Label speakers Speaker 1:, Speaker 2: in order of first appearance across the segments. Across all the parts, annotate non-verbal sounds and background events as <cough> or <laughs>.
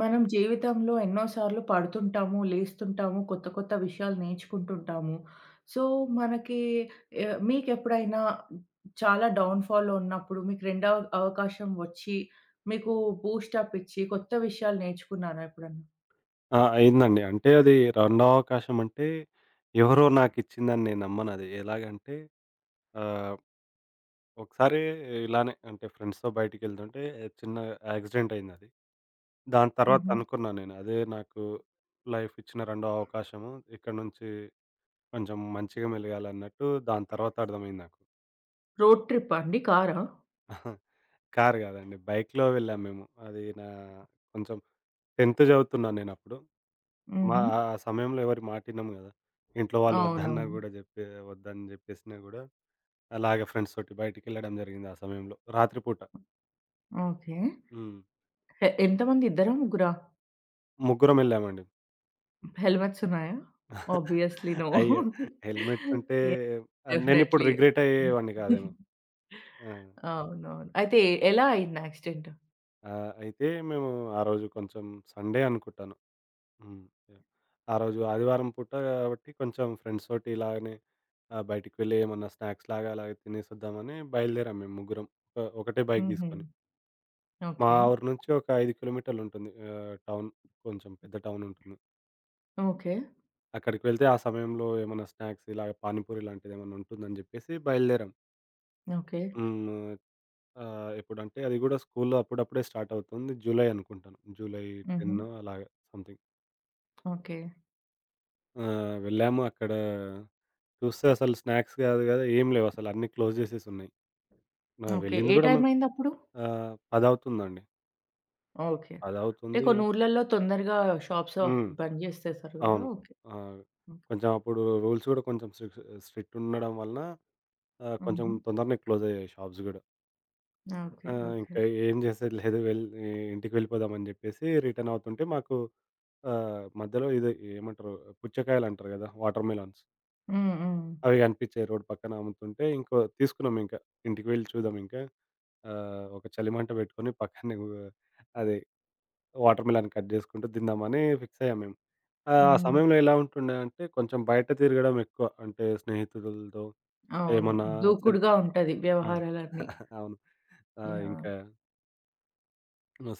Speaker 1: మనం జీవితంలో ఎన్నో సార్లు పడుతుంటాము, లేస్తుంటాము, కొత్త కొత్త విషయాలు నేర్చుకుంటుంటాము. సో, మనకి మీకెప్పుడైనా చాలా డౌన్‌ఫాల్‌లో ఉన్నప్పుడు మీకు రెండవ అవకాశం వచ్చి, మీకు బూస్టప్ ఇచ్చి కొత్త విషయాలు నేర్చుకున్నారా ఎప్పుడన్నా?
Speaker 2: ఆ! అయిందండి. అంటే అది రెండో అవకాశం అంటే, ఎవరో నాకిచ్చిందని నేను నమ్మను అది. ఎలాగంటే ఆహ్, ఒకసారి ఇలానే అంటే ఫ్రెండ్స్‌తో బయటికెళ్తుంటే చిన్న యాక్సిడెంట్ అయిందది. దాని తర్వాత
Speaker 1: హుహు.
Speaker 2: అనుకున్నా నేను. అదే నాకు లైఫ్ ఇచ్చిన రెండో అవకాశము. ఇక్కడి నుంచి కొంచెం మంచిగా మెలగాలన్నట్టు దాని తర్వాత అర్థమైంది నాకు.
Speaker 1: రోడ్ ట్రిప్పా అండి? కారా?
Speaker 2: కారు కాదండి. బైక్‌లో వెళ్ళాం మేము. అది నా కొంచెం 10థ్ చదువుతున్నాను నేనప్పుడు. మా
Speaker 1: హుహు.
Speaker 2: ఆ ఆ సమయంలో ఎవరి మాటినము గదా! ఇంట్లో వాళ్ళు వద్దన్నా
Speaker 1: అవునవును.
Speaker 2: గూడా వద్దని జెప్పేసినా గూడా, అలాగే ఫ్రెండ్స్ తోటి బయటికెళ్ళడం జరిగింది ఆ సమయంలో రాత్రి పూట.
Speaker 1: ఓకే.
Speaker 2: హ్మ్.
Speaker 1: ఎంతమంది? ఇద్దరా? ముగ్గురా?
Speaker 2: ముగ్గురం వెళ్ళామండి.
Speaker 1: హెల్మెట్స్ ఉన్నాయా?
Speaker 2: <laughs>
Speaker 1: Obviously no.
Speaker 2: అయ్యో! హెల్మెట్స్ ఉంటే
Speaker 1: యాహ్!
Speaker 2: నేనిప్పుడు
Speaker 1: డెఫినైట్‌లీ.
Speaker 2: రిగ్రెట్ అయ్యేవాడిని గాదేమో.
Speaker 1: <laughs>
Speaker 2: ఆ!
Speaker 1: అవునవును. అయితే ఎలా అయింది యాక్సిడెంట్?
Speaker 2: అయితే మేము ఆ రోజు కొంచెం సండే అనుకుంటాను. హ్మ్. యాహ్! ఆ రోజు ఆదివారం పూట కాబట్టి కొంచెం ఫ్రెండ్స్ తోటి ఇలాగనే బయటికి వెళ్ళి ఏమన్నా స్నాక్స్ లాగా అలాగే తినేసొద్దామని బయలుదేరాం మేము ముగ్గురం. ఒకటే బైక్
Speaker 1: హుహు.
Speaker 2: తీసుకొని. మా
Speaker 1: ఓకే.
Speaker 2: ఊరు నుంచి ఒక 5 కి.మీ. ఉంటుంది. కొంచెం పెద్ద టౌన్ ఉంటుంది.
Speaker 1: ఓకే.
Speaker 2: అక్కడికి వెళ్తే ఆ సమయంలో ఏమన్నా స్నాక్స్ ఇలాగ పానీపూరి లాంటిది ఏమన్నా ఉంటుందని చెప్పేసి బయలుదేరాం.
Speaker 1: ఓకే.
Speaker 2: హ్మ్. ఎప్పుడంటే అది కూడా స్కూల్లో అప్పుడప్పుడే స్టార్ట్ అవుతుంది. జూలై అనుకుంటాను. జూలై 10
Speaker 1: హుహు.
Speaker 2: అలాగా సంథింగ్.
Speaker 1: ఓకే.
Speaker 2: ఆ! వెళ్ళాము. అక్కడ చూస్తే అసలు స్నాక్స్ గాదు గదా! ఏం లేవు అసలు అన్నీ క్లోజ్ జేసేసున్నాయి. ఆ!
Speaker 1: ఓకే.
Speaker 2: వెళ్ళింది
Speaker 1: ఏ
Speaker 2: గూడా
Speaker 1: టైం
Speaker 2: మేము
Speaker 1: అయిందప్పుడు?
Speaker 2: ఆహ్, 10:00 అవుతుందండి.
Speaker 1: ఓకే.
Speaker 2: 10:00
Speaker 1: అంటే
Speaker 2: అవుతుంది.
Speaker 1: కొన్ని ఊర్లలో తొందరగా షాప్స్ ఆఫ్
Speaker 2: హ్మ్.
Speaker 1: బంద్ చేసేస్తారు కదా!
Speaker 2: అవును.
Speaker 1: ఓకే.
Speaker 2: ఆ!
Speaker 1: ఓకే.
Speaker 2: కొంచెం అప్పుడు రూల్స్ గూడా కొంచెం స్ట్రిక్ట్ స్ట్రిక్ట్ ఉండడం వలన కొంచెం
Speaker 1: హుహు.
Speaker 2: తొందరనే క్లోజ్ అయ్యాయి షాప్స్ గూడా.
Speaker 1: ఓకే.
Speaker 2: ఆ!
Speaker 1: ఓకే.
Speaker 2: ఇంకా ఏం జేసేది లేదు. ఇంటికి వెళ్ళిపోదామని జెప్పేసి రిటర్న్ అవుతుంటే మాకు మధ్యలో ఇది ఏమంటారు పుచ్చకాయలంటారు గదా! Watermelons.
Speaker 1: హ్మ్. హ్మ్.
Speaker 2: అవి కనిపించాయి రోడ్ పక్కన అమ్ముతుంటే. ఇంకో తీసుకున్నాం ఇంకా. ఇంటికి వెళ్లి చూద్దాం ఇంకా. ఒక చలిమంట పెట్టుకొని పక్కనే అదే వాటర్ మిలన్ కట్ చేసుకుంటూ తిందామని ఫిక్స్ అయ్యాం మేము. ఆ
Speaker 1: హ్మ్.
Speaker 2: సమయంలో ఎలా ఉంటుండే అంటే కొంచెం బయట తిరగడం ఎక్కువ. అంటే స్నేహితులతో
Speaker 1: అవును.
Speaker 2: ఏమన్నా సెల్
Speaker 1: దూకుడుగా ఉంటది
Speaker 2: ఆ!
Speaker 1: వ్యవహారాలన్నీ.
Speaker 2: <laughs> అవును.
Speaker 1: యాహ్!
Speaker 2: ఇంకా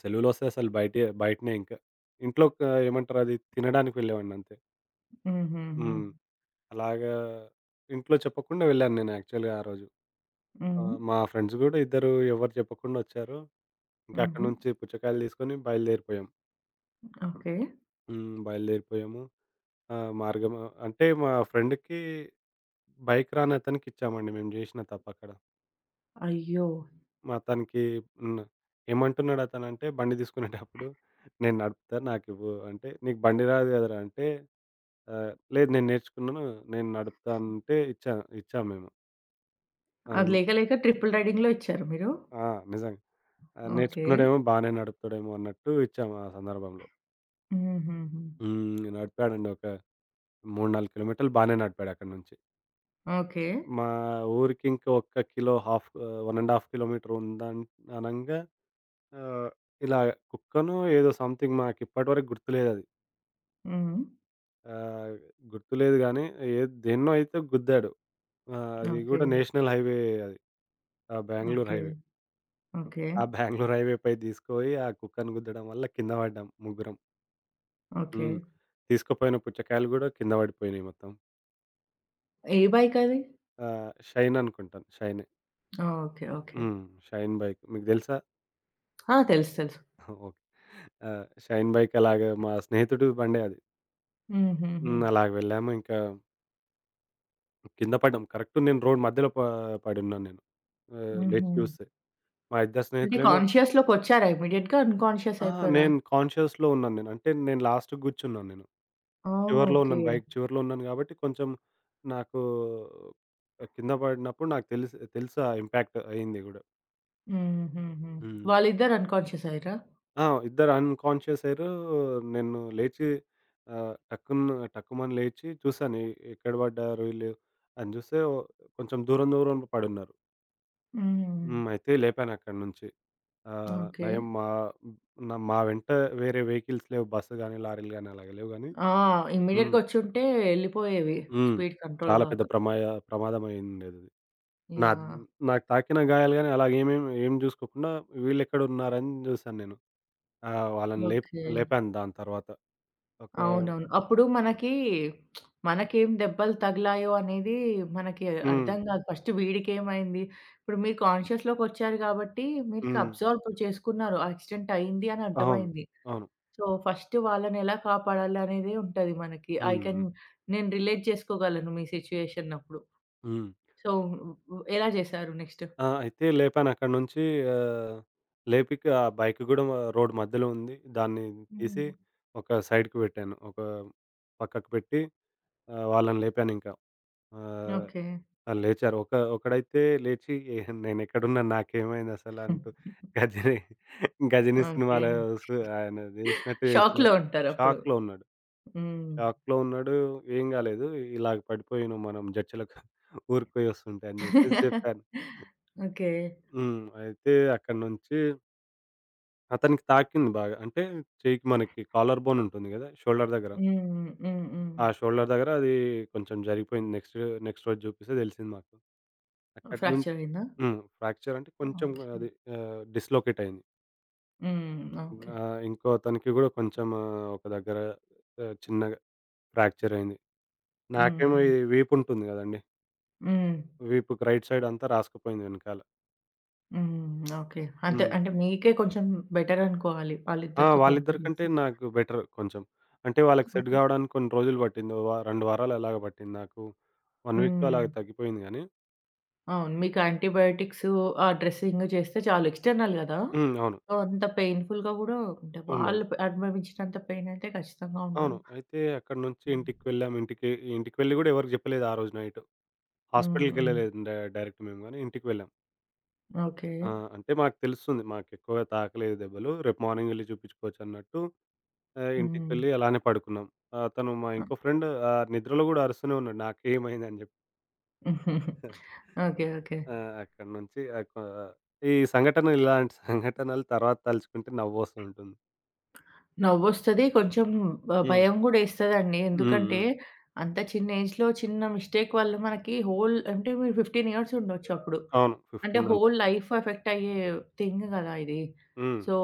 Speaker 2: సెలవులొస్తే అసలు బయటనే ఇంకా. ఇంట్లో క ఏమంటారు అది తినడానికి వెళ్ళేవాడిని అంతే.
Speaker 1: హుహుహు.
Speaker 2: హ్మ్. అలాగా ఇంట్లో చెప్పకుండా వెళ్ళాను నేను యాక్చువల్‌గా ఆ రోజు. ఆ!
Speaker 1: హ్మ్.
Speaker 2: మా ఫ్రెండ్స్ గూడా ఇద్దరు ఎవరు చెప్పకుండా ఒచ్చారు. ఇంకా అక్కడి
Speaker 1: హుహు.
Speaker 2: నుంచి పుచ్చకాయలు తీసుకొని బయలుదేరిపోయాం.
Speaker 1: ఓకే.
Speaker 2: హ్మ్. బయలుదేరిపోయాము. ఆహ్, మార్గము అంటే మా ఫ్రెండ్‌కి బైక్ రానతనికి ఇచ్చామండి, మేము జేసిన తప్పక్కడ.
Speaker 1: అయ్యో!
Speaker 2: మా తనకి హ్మ్. ఏమంటున్నాడు అతనంటే బండి తీసుకునేటప్పుడు "నేను నడుపుతా నాకివ్వు" అంటే "నీకు బండి రాదు గదరా!" అంటే "లేదు నేను నేర్చుకున్నాను. నేను నడుపుతా" అంటే ఇచ్చాం మేము. ఆహ్,
Speaker 1: అది
Speaker 2: హ్మ్.
Speaker 1: లేక లేక ట్రిపుల్ రైడింగ్‌లో ఇచ్చారా మీరు?
Speaker 2: ఆ! నిజంగా.
Speaker 1: ఓకే.
Speaker 2: నేర్చుకున్నాడేమో బానే నడుపుతాడేమో అన్నట్టు ఇచ్చాము ఆ సందర్భంలో.
Speaker 1: హుహుహు.
Speaker 2: హ్మ్. నడిపాడండి. ఒక 3, 4 కిలోమీటర్లు బానే నడిపాడు అక్కడి నుంచి.
Speaker 1: ఓకే.
Speaker 2: మా ఊరికి ఇంకా ఒక్క కిలో హాఫ్ 1 ½ కిలోమీటర్ అనంగా ఆహ్, ఇలా కుక్కనో ఏదో సంథింగ్ మాకిప్పటి వరకు గుర్తులేదది.
Speaker 1: హ్మ్.
Speaker 2: ఆహ్, గుర్తులేదు గానీ ఏ దేన్నో అయితే గుద్దాడు. ఆ! అది
Speaker 1: ఓకే.
Speaker 2: గూడా నేషనల్ హైవే అది. ఆ! బెంగుళూరు
Speaker 1: ఓకే.
Speaker 2: హైవే.
Speaker 1: ఓకే.
Speaker 2: ఆ బెంగుళూరు హైవేపై తీసుకుపోయి ఆ కుక్కను గుద్దడం వల్ల కింద పడ్డాం ముగ్గురం.
Speaker 1: ఓకే.
Speaker 2: హ్మ్. తీసుకుపోయిన పుచ్చకాయలు గూడా కింద పడిపోయినాయి మొత్తం.
Speaker 1: ఏ బైక్ అది?
Speaker 2: షైన్ అనుకుంటాను. షైనే.
Speaker 1: ఓకే. ఓకే.
Speaker 2: హ్మ్. 'షైన్ బైక్' మీకు తెలుసా?
Speaker 1: ఆ! తెలుసు. తెలుసు.
Speaker 2: ఓకే. ఆ! 'షైన్ బైక్' అలాగా మా స్నేహితుడి బండే అది.
Speaker 1: హుహుహు.
Speaker 2: హ్మ్. అలాగ వెళ్ళాము. ఇంకా కింద పడ్డాం. కరెక్ట్ నేను రోడ్ మధ్యలో పడున్నాను నేను.
Speaker 1: హుహు.
Speaker 2: లేచి చూస్తే మా ఇద్దరు
Speaker 1: అంటే
Speaker 2: స్నేహితులేమో
Speaker 1: కాన్షియస్‌లోకొచ్చారా ఇమ్మీడియేట్‌గా? అన్‌కాన్షియస్
Speaker 2: ఆ!
Speaker 1: అయిపోయారా?
Speaker 2: నేను కాన్షియస్‌లో ఉన్నాను నేను. అంటే నేను లాస్ట్‌కి కూర్చున్నాను నేను.
Speaker 1: ఓహ్!
Speaker 2: చివరిలో
Speaker 1: ఓకే.
Speaker 2: ఉన్నాను. బైక్ చివరిలో ఉన్నాను కాబట్టి కొంచెం నాకు కింద పడినప్పుడు నాకు తెలుసు తెలుసు ఆ ఇంపాక్ట్ అయింది గూడా.
Speaker 1: హుహుహు.
Speaker 2: హ్మ్.
Speaker 1: వాళ్ళిద్దరు అన్‌కాన్షియస్ అయ్యారా?
Speaker 2: ఆ! ఇద్దరు అన్‌కాన్షియస్ అయ్యారు. నేను లేచి టక్కుమని లేచి చూసాను. ఎక్కడ పడ్డారు వీళ్ళు అని చూస్తే కొంచెం దూరం దూరం పడున్నారు.
Speaker 1: హ్మ్.
Speaker 2: హ్మ్. అయితే లేపాను అక్కడి నుంచి.
Speaker 1: ఓకే.
Speaker 2: నయం మా వెంట వేరే వెహికల్స్ లేవు. బస్సు గాని, లారీలు గాని అలాగ లేవు గానీ
Speaker 1: ఆ!
Speaker 2: హ్మ్.
Speaker 1: ఇమ్మీడియేట్‌గా వచ్చుంటే ఎళ్ళిపోయేవి
Speaker 2: హ్మ్.
Speaker 1: స్పీడ్ కంట్రోల్
Speaker 2: చాలా పెద్ద
Speaker 1: గాక.
Speaker 2: ప్రమాదమైయుండేదది. నా
Speaker 1: యాహ్!
Speaker 2: నాకు తాకిన గాయాలు గాని అలాగ ఏం చూసుకోకుండా వీళ్ళెక్కడున్నారని చూసాను నేను. ఆ! వాళ్ళని లేప్
Speaker 1: ఓకే.
Speaker 2: లేపాను దాని తర్వాత. ఒక
Speaker 1: అవునవును. అప్పుడు మనకి మనకేం దెబ్బలు తగిలాయో అనేది మనకి
Speaker 2: హ్మ్.
Speaker 1: అర్థం గాదు. ఫస్ట్ వీడికేమైంది? ఇప్పుడు మీరు కాన్షియస్‌లోకొచ్చారు గాబట్టి, మీరుకి
Speaker 2: హ్మ్.
Speaker 1: అబ్జార్బ్ చేసుకున్నారు. ఆ యాక్సిడెంట్ అయింది అని
Speaker 2: అవును.
Speaker 1: అర్థమైంది.
Speaker 2: అవును.
Speaker 1: సో, ఫస్ట్ వాళ్ళనెలా కాపాడాలి అనేదే ఉంటది మనకి. ఐ
Speaker 2: హ్మ్.
Speaker 1: కెన్
Speaker 2: హ్మ్.
Speaker 1: నేను రిలేట్ చేసుకోగలను మీ సిట్యుయేషన్ అప్పుడు.
Speaker 2: హ్మ్.
Speaker 1: సో, ఎలా చేశారు నెక్స్ట్?
Speaker 2: ఆ! అయితే లేపానక్కడి నుంచి ఆహ్, లేపిక ఆ బైక్ గూడా రోడ్డు మధ్యలో ఉంది. దాన్ని తీసి
Speaker 1: హ్మ్.
Speaker 2: ఒక సైడ్‌కి పెట్టాను. ఒక పక్కకు పెట్టి వాళ్ళని లేపానింకా. ఆహ్,
Speaker 1: ఓకే.
Speaker 2: వాళ్ళు లేచారు. ఒకడైతే లేచి "నేనెక్కడున్నాను? నాకేమైందసలు" అంటూ 'గజిని' 'గజిని'
Speaker 1: ఓకే.
Speaker 2: సినిమాలో సు ఆయన చేసినట్టు
Speaker 1: షాక్‌లో
Speaker 2: చేస్తున్నారు.
Speaker 1: ఉంటారప్పుడు.
Speaker 2: షాక్‌లో ఉన్నాడు.
Speaker 1: హ్మ్.
Speaker 2: షాక్‌లో ఉన్నాడు. "ఏం గాలేదు. ఇలాగ పడిపోయాను మనం జడ్చలకు <laughs> ఊరుకుపోయి వస్తుంటే" అని జెప్పేసి
Speaker 1: <laughs>
Speaker 2: జెప్పాను.
Speaker 1: ఓకే.
Speaker 2: హ్మ్. అయితే అక్కడి నుంచి అతనికి తాకింది బాగా. అంటే చెయ్యికి మనకి కాలర్ బోన్ ఉంటుంది గదా! షోల్డర్ దగ్గర.
Speaker 1: హ్మ్. హ్మ్. హ్మ్.
Speaker 2: ఆ షోల్డర్ దగ్గర అది కొంచెం జరిగిపోయింది. నెక్స్ట్ నెక్స్ట్ రోజు జూపిస్తే దెలిసింది మాకు. అక్కడి నుంచి
Speaker 1: ఫ్రాక్చర్ అయిందా?
Speaker 2: హ్మ్. ఫ్రాక్చర్ అంటే కొంచెం
Speaker 1: ఓకే.
Speaker 2: అది డిస్‌లొకేట్ అయింది.
Speaker 1: హ్మ్. ఓకే.
Speaker 2: ఇంకో అతనికి గూడా కొంచెం ఒక దగ్గర చిన్నగా ఫ్రాక్చర్ అయింది. నాకేమో
Speaker 1: హుహు.
Speaker 2: ఈ వీపు ఉంటుంది గదండీ!
Speaker 1: హ్మ్.
Speaker 2: వీపుకి రైట్ సైడ్ అంతా రాసుకుపోయింది వెనకాల.
Speaker 1: హ్మ్. ఓకే. అంటే
Speaker 2: హ్మ్.
Speaker 1: అంటే మీకే కొంచెం బెటర్ అనుకోవాలి.
Speaker 2: ఆ!
Speaker 1: వాళ్ళిద్దరితో
Speaker 2: వాళ్ళిద్దరి
Speaker 1: కంపేర్
Speaker 2: కంటే
Speaker 1: చేస్తే.
Speaker 2: నాకు బెటర్ కొంచెం. అంటే వాళ్ళకి సెట్
Speaker 1: హ్మ్.
Speaker 2: గావడానికి కొన్ని రోజులు పట్టింది. ఓ వా 2 వారాలు అలాగ పట్టింది నాకు. 1 వీక్‌లో
Speaker 1: హ్మ్.
Speaker 2: అలాగ తగ్గిపోయింది గానీ
Speaker 1: అవును. మీకు యాంటీబయోటిక్స్ ఆ డ్రెస్సింగ్ చేస్తే చాలు ఎక్స్టర్నల్ గదా!
Speaker 2: హ్మ్. అవును.
Speaker 1: సో, అంత పెయిన్‌ఫుల్‌గా గూడా అంటే
Speaker 2: ఉండదు.
Speaker 1: వాళ్ళు అనుభవించినంత పెయిన్ అయితే ఖచ్చితంగా
Speaker 2: అవును.
Speaker 1: ఉండదు.
Speaker 2: అయితే అక్కడి నుంచి ఇంటికి వెళ్ళాం. ఇంటికి ఇంటికి వెళ్లి గూడా ఎవరికీ జెప్పలేదు ఆ రోజు నైట్.
Speaker 1: హ్మ్. హ్మ్.
Speaker 2: హాస్పిటల్‌కెళ్ళలేదు. డైరెక్ట్ మేము గానీ ఇంటికి వెళ్ళాం.
Speaker 1: ఓకే.
Speaker 2: ఆ! అంటే మాకు తెలుస్తుంది. మాకెక్కువగా తాకలేదు దెబ్బలు. రేపు మార్నింగ్ వెళ్లి చూపించుకోవచ్చన్నట్టు ఇంటికి
Speaker 1: హ్మ్.
Speaker 2: వెళ్లి అలానే పడుకున్నాం. అతను మా ఇంకో ఫ్రెండ్ నిద్రలో గూడా అరుస్తూనే ఉన్నాడు. నాకేమైందని జెప్పి.
Speaker 1: <laughs> ఓకే. ఓకే.
Speaker 2: ఆ! అక్కడి నుంచి ఆహ్, కొ ఈ సంఘటన ఇలాంటి సంఘటనలు తర్వాత తలుచుకుంటే నవ్వొస్తుంటుంది.
Speaker 1: నవ్వొస్తది. కొంచెం
Speaker 2: హ్మ్.
Speaker 1: భయం గూడా యేస్తదండి.
Speaker 2: హ్మ్.
Speaker 1: ఎందుకంటే,
Speaker 2: హ్మ్.
Speaker 1: అంత చిన్న ఏజ్‌లో చిన్న మిస్టేక్ వల్ల మనకి హోల్ అంటే మీరు 15 ఇయర్స్ ఉండొచ్చు అప్పుడు.
Speaker 2: అవును.
Speaker 1: అంటే
Speaker 2: 15 అంతే.
Speaker 1: హోల్ లైఫ్ ఎఫెక్ట్ అయ్యే థింగ్ గదా! ఇది.
Speaker 2: హ్మ్.
Speaker 1: సో,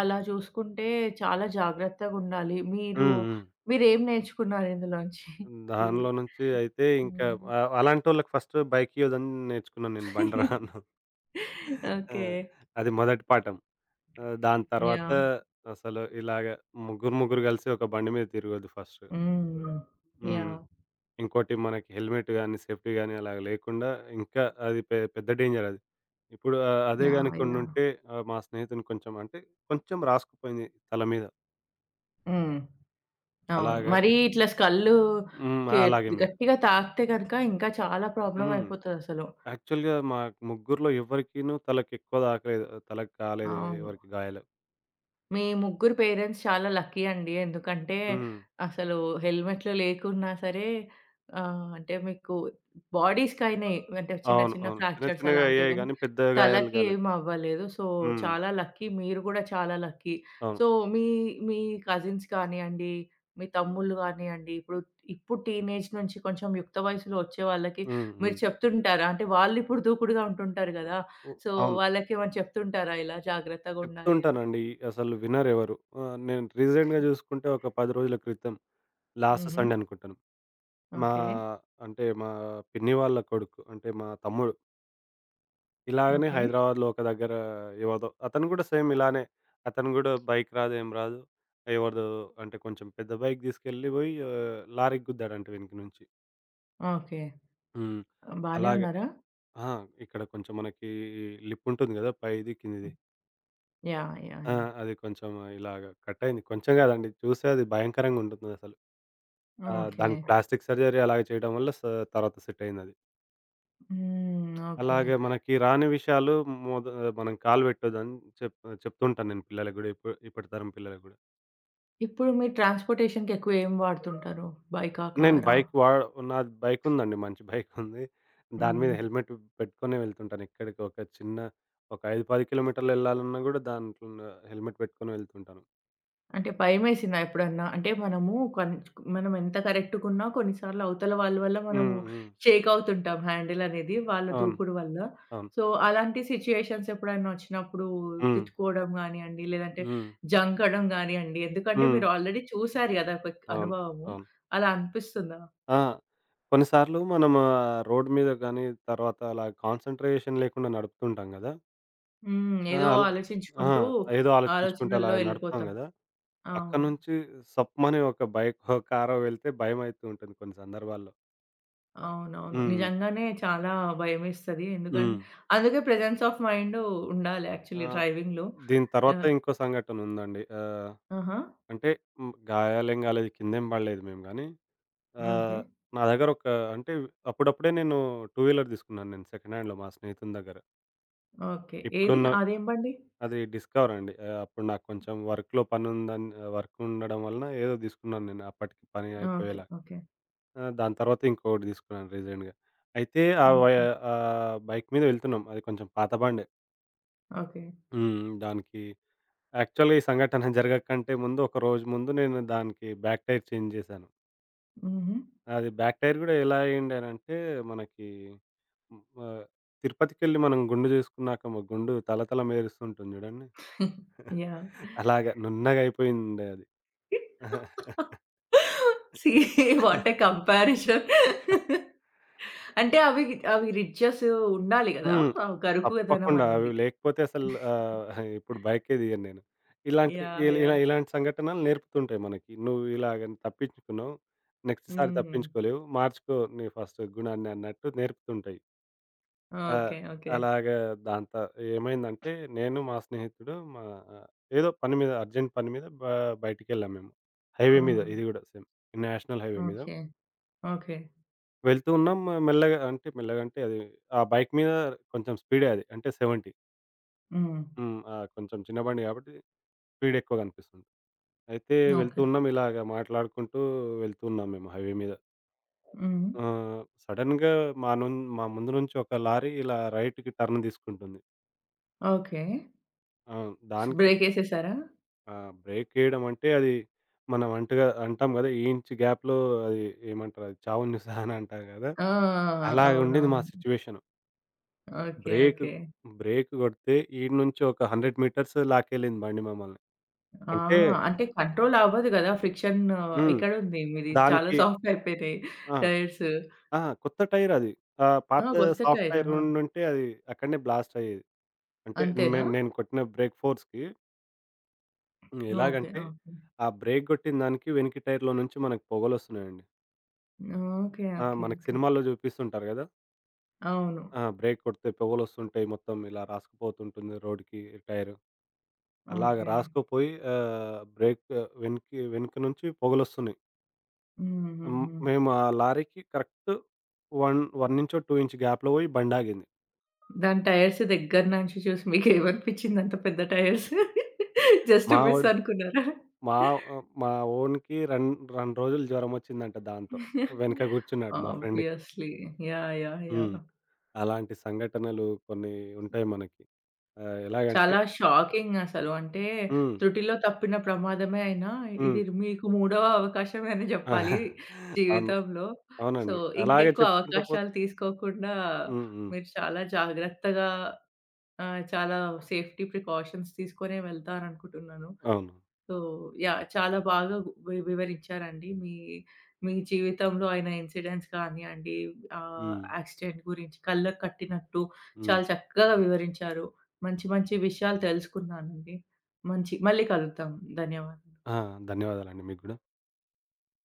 Speaker 1: అలా చూసుకుంటే చాలా జాగ్రత్తగుండాలి.
Speaker 2: హ్మ్. హ్మ్.
Speaker 1: మీరేం నేర్చుకున్నారు ఇందులోంచి? ఈ
Speaker 2: దానిలో నుంచి అయితే ఇంకా
Speaker 1: హ్మ్.
Speaker 2: అలాంటోళ్ళకి ఫస్ట్ బైకియొద్దని నేర్చుకున్నాను నేను. బండి రాను.
Speaker 1: <laughs>
Speaker 2: ఆ!
Speaker 1: ఓకే.
Speaker 2: అది మొదటి పాఠం. దాని తర్వాత
Speaker 1: యాహ్!
Speaker 2: అసలు ఇలాగ ముగ్గురు కలిసి ఒక బండి మీద తిరగొద్దు ఫస్ట్.
Speaker 1: హ్మ్.
Speaker 2: హ్మ్.
Speaker 1: యాహ్!
Speaker 2: ఇంకోటి మనకి హెల్మెట్ గానీ, సేఫ్టీ గానీ అలా లేకుండా ఇంకా అది పెద్ద డేంజర్ అది. ఇప్పుడు అదే
Speaker 1: యాహ్!
Speaker 2: గనుక
Speaker 1: యాహ్!
Speaker 2: ఉండుంటే మా స్నేహితుని కొంచెం అంటే కొంచెం రాసుకుపోయింది తల మీద.
Speaker 1: హ్మ్. అవును.
Speaker 2: అలాగా
Speaker 1: మరీ ఇట్లా స్కల్లు
Speaker 2: హ్మ్.
Speaker 1: కే
Speaker 2: అలాగేం లేదు.
Speaker 1: గట్టిగా తాకితే గనక ఇంకా చాలా ప్రాబ్లమ్
Speaker 2: హ్మ్.
Speaker 1: అయిపోతదసలు.
Speaker 2: యాక్చువల్‌గా మా ముగ్గురిలో ఎవరికీను తలకెక్కువ తాకలేదు. తలకి కాలేదు
Speaker 1: అవును.
Speaker 2: ఎవరికీ గాయాలు.
Speaker 1: మీ ముగ్గురు పేరెంట్స్ చాలా లక్కీ అండి. ఎందుకంటే
Speaker 2: హ్మ్.
Speaker 1: అసలు హెల్మెట్లు లేకున్నా సరే అంటే మీకు బాడీస్‌కయినాయి. అంటే చిన్న
Speaker 2: అవును.
Speaker 1: చిన్న
Speaker 2: అవును. చిన్న
Speaker 1: ఫ్రాక్చర్స్
Speaker 2: చిన్నగా
Speaker 1: అలాంటివి
Speaker 2: అయ్యాయి
Speaker 1: గానీ,
Speaker 2: గానీ పెద్ద గాయాలు
Speaker 1: తలకి
Speaker 2: గాలేదు.
Speaker 1: ఏమి అవ్వలేదు. సో,
Speaker 2: హ్మ్.
Speaker 1: చాలా లక్కీ. మీరు గూడా చాలా లక్కీ.
Speaker 2: అవును.
Speaker 1: సో, మీ మీ కజిన్స్ కానియండి, మీ తమ్ముళ్ళు గానియండి, ఇప్పుడు ఇప్పుడు టీనేజ్ నుంచి కొంచెం యుక్త వయసులో వచ్చే వాళ్ళకి
Speaker 2: హ్మ్. హ్మ్.
Speaker 1: మీరు చెప్తుంటారా? అంటే వాళ్ళు ఇప్పుడు దూకుడుగా ఉంటుంటారు గదా!
Speaker 2: ఉ
Speaker 1: సో,
Speaker 2: అవును.
Speaker 1: వాళ్ళకేమైనా చెప్తుంటారా ఇలా
Speaker 2: చెప్తూ
Speaker 1: జాగ్రత్తగుండాలి అని?
Speaker 2: ఉంటానండి. అసలు వినరెవరు. నేను రీసెంట్‌గా చూసుకుంటే ఒక 10 రోజుల క్రితం లాస్ట్
Speaker 1: హుహు.
Speaker 2: సండే అనుకుంటాను. మా
Speaker 1: ఓకే.
Speaker 2: మా పిన్ని వాళ్ళ కొడుకు అంటే మా తమ్ముడు. ఇలాగనే
Speaker 1: ఓకే.
Speaker 2: హైదరాబాద్‌లో ఒక దగ్గర ఎవరిదో అతను కూడా సేమ్ ఇలానే. అతను కూడా బైక్ రాదు ఏం రాదు. ఎవరిదో అంటే కొంచెం పెద్ద బైక్ తీసుకెళ్ళిపోయి లారీకి గుద్దాడంట వెనక నుంచి.
Speaker 1: ఓకే.
Speaker 2: హ్మ్.
Speaker 1: బానే
Speaker 2: అలాగే
Speaker 1: ఉన్నారా?
Speaker 2: ఆ! ఇక్కడ కొంచెం మనకి లిప్ ఉంటుంది కదా! పైది, కిందిది.
Speaker 1: యాహ్! యాహ్!
Speaker 2: ఆ!
Speaker 1: యాహ్!
Speaker 2: అది కొంచెం ఇలాగ కట్ అయింది. కొంచెం కాదండి చూస్తే అది భయంకరంగా ఉంటుందసలు. ఆ!
Speaker 1: ఓకే.
Speaker 2: దానికి ప్లాస్టిక్ సర్జరీ అలాగ చేయడం వల్ల తర్వాత సెట్ అయిందది.
Speaker 1: హ్మ్. ఓకే.
Speaker 2: అలాగే మనకి రాని విషయాలు మోద మనం కాలు పెట్టొద్దని చెప్ చెప్తుంటాను నేను పిల్లలకి గూడా. ఇప్పటి తరం పిల్లలకి గూడా.
Speaker 1: ఇప్పుడు మీరు ట్రాన్స్‌పోర్టేషన్‌కి ఎక్కువ ఏం వాడుతుంటారు? బైకా?
Speaker 2: నేను
Speaker 1: కారా?
Speaker 2: బైక్ వా నాది బైక్ ఉందండి. మంచి బైక్ ఉంది. దాని మీద
Speaker 1: హ్మ్.
Speaker 2: హెల్మెట్ పెట్టుకొనే వెళ్తుంటాను. ఎక్కడికి ఒక చిన్న ఒక 5, 10 కిలోమీటర్లు వెళ్ళాలన్నా గూడా దాంట్లో హెల్మెట్ పెట్టుకొని వెళ్తుంటాను.
Speaker 1: అంటే భయమేసిందా ఎప్పుడన్నా? అంటే మనము కొన్ మనం ఎంత కరెక్ట్‌గున్నా కొన్నిసార్లు అవతల వాళ్ళ వల్ల మనము
Speaker 2: హ్మ్. హ్మ్.
Speaker 1: షేక్ అవుతుంటాం హ్యాండిల్ అనేది వాళ్ళ
Speaker 2: అవును.
Speaker 1: దూకుడు వల్ల.
Speaker 2: అవును.
Speaker 1: సో, అలాంటి సిట్యుయేషన్స్ ఎప్పుడైనా వచ్చినప్పుడు
Speaker 2: హ్మ్.
Speaker 1: తిట్టుకోవడం గానియండి, లేదంటే
Speaker 2: హ్మ్.
Speaker 1: జంకడం గానియండి, ఎందుకంటే
Speaker 2: హ్మ్.
Speaker 1: మీరు ఆల్రెడీ చూసారు గదా! ఒక
Speaker 2: అవును.
Speaker 1: అనుభవము.
Speaker 2: అవును.
Speaker 1: అలా అనిపిస్తుందా?
Speaker 2: ఆ! కొన్నిసార్లు మనం రోడ్ మీద గానీ తర్వాత అలా కాన్సంట్రేషన్ లేకుండా నడుపుతుంటాం గదా!
Speaker 1: హ్మ్.
Speaker 2: ఆ!
Speaker 1: ఏదో
Speaker 2: అల్ ఆ!
Speaker 1: ఆలోచించుకుంటూ
Speaker 2: ఏదో ఆలోచించుకుంటూ అలా
Speaker 1: ఆలోచనల్లో
Speaker 2: నడుపుతాం
Speaker 1: ఎళ్ళిపోతాం.
Speaker 2: గదా!
Speaker 1: అవును.
Speaker 2: పక్కనుంచి సప్మని ఒక బైకో, కారో వెళ్తే భయమైతూ ఉంటుంది కొన్ని సందర్భాల్లో.
Speaker 1: అవునవును.
Speaker 2: హ్మ్.
Speaker 1: నిజంగానే చాలా భయమేస్తది. ఎందుకంటే
Speaker 2: హ్మ్.
Speaker 1: అందుకే ప్రెజెన్స్ ఆఫ్ మైండ్ ఉండాలి
Speaker 2: ఆ!
Speaker 1: యాక్చువల్లీ డ్రైవింగ్‌లో.
Speaker 2: దీని తర్వాత
Speaker 1: ఆహ్,
Speaker 2: ఇంకో సంఘటనుందండి.
Speaker 1: ఆహా!
Speaker 2: అంటే హ్మ్, గాయాలేం గాలేదు, కిందేం పడలేదు మేము గానీ.
Speaker 1: ఓకే.
Speaker 2: ఆహ్, నా దగ్గర ఒక అంటే అప్పుడప్పుడే నేను టూ వీలర్ తీసుకున్నాను నేను సెకండ్ హ్యాండ్‌లో మా స్నేహితుని దగ్గర.
Speaker 1: ఓకే. ఏది?
Speaker 2: ఇప్పుడున్న
Speaker 1: అదేం బండి?
Speaker 2: అది డిస్కవర్ అండి. అప్పుడు నాకు కొంచెం వర్క్‌లో పనుందని వర్కుండడం వలన ఏదో తీసుకున్నాను నేను అప్పటికి పని
Speaker 1: ఓకే.
Speaker 2: అయిపోయేలా.
Speaker 1: ఓకే.
Speaker 2: ఆ! దాని తర్వాత ఇంకొకటి తీసుకున్నాను రీసెంట్‌గా. అయితే ఆ వై
Speaker 1: ఓకే.
Speaker 2: ఆహ్, బైక్ మీద వెళ్తున్నాం. అది కొంచెం పాత బండే.
Speaker 1: ఓకే.
Speaker 2: హ్మ్. దానికి యాక్చువల్‌గా ఈ సంఘటన <laughs> జరగకంటే ముందు, ఒక రోజు ముందు నేను దానికి బ్యాక్ టైర్ చేంజ్ చేశాను.
Speaker 1: హుహు.
Speaker 2: అది బ్యాక్ టైర్ గూడా ఎలా అయ్యింది అనంటే, మనకి హ్మ్, ఆహ్, తిరుపతికెళ్ళి మనం గుండు చేసుకున్నాక గుండు తళతళ మెరుస్తుంటుంది చూడండి. <laughs>
Speaker 1: యాహ్!
Speaker 2: అలాగా నున్నగా అయిపోయిండే అది.
Speaker 1: See <laughs> what a
Speaker 2: <laughs>
Speaker 1: comparison. అంటే అవి అవి రిడ్జెస్ ఉండాలి గదా!
Speaker 2: హ్మ్.
Speaker 1: ఆ గరుకుదనం
Speaker 2: తప్పకుండా. అవి
Speaker 1: అనేది.
Speaker 2: లేకపోతే అసలు
Speaker 1: <laughs>
Speaker 2: ఇప్పుడు బైకే దిగను నేను. ఇలాంటి
Speaker 1: యాహ్!
Speaker 2: ఇల్ ఇలా
Speaker 1: యాహ్!
Speaker 2: ఇలాంటి సంఘటనలు నేర్పుతుంటాయి మనకి. నువ్వు ఇలాగ తప్పించుకున్నావు. నెక్స్ట్ సారి
Speaker 1: హ్మ్.
Speaker 2: తప్పించుకోలేవు. మార్చుకో నీ ఫస్ట్ గుణాన్ని అన్నట్టు నేర్పుతుంటాయి. ఆ!
Speaker 1: ఓకే. ఓకే.
Speaker 2: అలాగా దాంతో ఏమైందంటే నేను మా స్నేహితుడు మా ఏదో పని మీద అర్జెంట్ పని మీద బయటికెళ్ళాం మేము. హైవే మీద
Speaker 1: హ్మ్.
Speaker 2: ఇది గూడా సేమ్. నేషనల్ హైవే మీద.
Speaker 1: ఓకే. ఓకే.
Speaker 2: వెళ్తూ ఉన్నాం మె మెల్లగా అంటే మెల్లగా అంటే అది ఆ బైక్ మీద కొంచెం స్పీడే అది. అంటే 70.
Speaker 1: హ్మ్.
Speaker 2: హ్మ్. ఆ! కొంచెం చిన్న బండి కాబట్టి స్పీడ్ ఎక్కువ కనిపిస్తుంది. అయితే వెళ్తూ
Speaker 1: ఓకే.
Speaker 2: ఉన్నాం ఇలాగ మాట్లాడుకుంటూ వెళ్తూ ఉన్నాం మేము హైవే మీద.
Speaker 1: హ్మ్.
Speaker 2: ఆహ్, సడెన్‌గా మా ముందు నుంచి ఒక లారీ ఇలా రైట్‌కి టర్న్ తీసుకుంటుంది.
Speaker 1: ఓకే.
Speaker 2: అవును. దానికి
Speaker 1: బ్రేకేసేసారా?
Speaker 2: బ్రేక్ ఏయడం అంటే అది మనం అంటగా అంటాం కదా! ఈ ఇంచ్ గ్యాప్‌లో అది ఏమంటారు అది చావును సహా అని అంటారు కదా!
Speaker 1: ఆ!
Speaker 2: అలాగే ఉండేది మా
Speaker 1: అవునవును.
Speaker 2: Situation.
Speaker 1: Okay.
Speaker 2: Brake,
Speaker 1: okay.
Speaker 2: Brake కొడితే ఈడ నుంచి ఒక 100 మీటర్స్ లాకెళ్ళింది బండి మమ్మల్ని.
Speaker 1: ఆ!
Speaker 2: అంటే
Speaker 1: అంటే కంట్రోల్ అవ్వదు గదా! ఫ్రిక్షన్
Speaker 2: హ్మ్.
Speaker 1: ఇక్కడుంది మీది. చాలా
Speaker 2: దానికి
Speaker 1: సాఫ్ట్ అయిపోయినాయి
Speaker 2: ఆ!
Speaker 1: టైర్స్.
Speaker 2: ఆ! కొత్త టైర్ అది.
Speaker 1: ఆ!
Speaker 2: పాత
Speaker 1: కొత్త
Speaker 2: సాఫ్ట్
Speaker 1: టైరా?
Speaker 2: టైర్ ఉండుంటే అది అక్కడనే బ్లాస్ట్ అయ్యేది. అంటే
Speaker 1: అంతేనా?
Speaker 2: నేను కొట్టిన బ్రేక్ ఫోర్స్‌కి హ్మ్.
Speaker 1: ఓకే.
Speaker 2: ఎలాగంటే
Speaker 1: ఓకే.
Speaker 2: ఆ బ్రేక్ కొట్టిన దానికి వెనక టైర్‌లో నుంచి మనకు పొగలొస్తున్నాయండి.
Speaker 1: ఓకే.
Speaker 2: ఆ!
Speaker 1: ఓకే.
Speaker 2: మనకు
Speaker 1: ఓకే.
Speaker 2: సినిమాల్లో చూపిస్తుంటారు కదా!
Speaker 1: అవును.
Speaker 2: ఆ! బ్రేక్ కొడితే పొగలొస్తుంటాయి మొత్తం ఇలా రాసుకుపోతుంటుంది రోడ్‌కి టైరు. అలాగ
Speaker 1: ఓకే.
Speaker 2: రాసుకుపోయి బ్రేక్ వెనుక నుంచి పొగలొస్తున్నాయి. హ్మ్.
Speaker 1: హుహుహు.
Speaker 2: మేము ఆ లారీకి కరెక్ట్ 1 ఇంచో 2 ఇంచ్ గ్యాప్‌లో పోయి బండాగింది.
Speaker 1: దాని టైర్స్ దగ్గర నుంచి చూసి మీకేమనిపించింది అంత పెద్ద టైర్స్? <laughs> జస్ట్
Speaker 2: మా
Speaker 1: మిస్
Speaker 2: వోడు
Speaker 1: అనుకున్నారా?
Speaker 2: మా ఆహ్, మా ఓన్‌కి రన్ 2 రోజులు జ్వరమొచ్చిందంట దాంతో.
Speaker 1: <laughs>
Speaker 2: వెనక కూర్చున్నాడు మా ఫ్రెండ్‌కి.
Speaker 1: ఆబ్వియస్‌లీ. యాహ్! యాహ్!
Speaker 2: హ్మ్.
Speaker 1: యాహ్!
Speaker 2: అలాంటి సంఘటనలు కొన్ని ఉంటాయి మనకి. ఎలాగంటే.
Speaker 1: చాలా షాకింగ్ అసలు. అంటే
Speaker 2: హ్మ్.
Speaker 1: త్రుటిలో తప్పిన ప్రమాదమే అయినా,
Speaker 2: హ్మ్.
Speaker 1: ఇది మీకు మూడవ అవకాశమే అని జెప్పాలి
Speaker 2: <laughs> అవును.
Speaker 1: జీవితంలో. సో,
Speaker 2: అవునండి. అలాగే
Speaker 1: ఇంకెక్కువ
Speaker 2: చెప్పుకుంటూ పోతే
Speaker 1: అవకాశాలు తీసుకోకుండా
Speaker 2: హ్మ్. హ్మ్.
Speaker 1: మీరు చాలా జాగ్రత్తగా చాలా సేఫ్టీ ప్రికాషన్స్ తీసుకొనే వెళ్తారనుకుంటున్నాను.
Speaker 2: అవును.
Speaker 1: So, yeah! చాలా బాగా వివరించారండి. మీ మీ జీవితంలో అయిన ఇన్సిడెంట్స్ కానియండి,
Speaker 2: హ్మ్.
Speaker 1: యాక్సిడెంట్ గురించి కళ్ళకి కట్టినట్టు
Speaker 2: హ్మ్.
Speaker 1: చాలా చక్కగా వివరించారు. మంచి మంచి విషయాలు తెలుసుకున్నానండి. మంచి మళ్ళీ కలుద్దాం. ధన్యవాదాలు.
Speaker 2: ఆ! ధన్యవాదాలండి మీకు గూడా.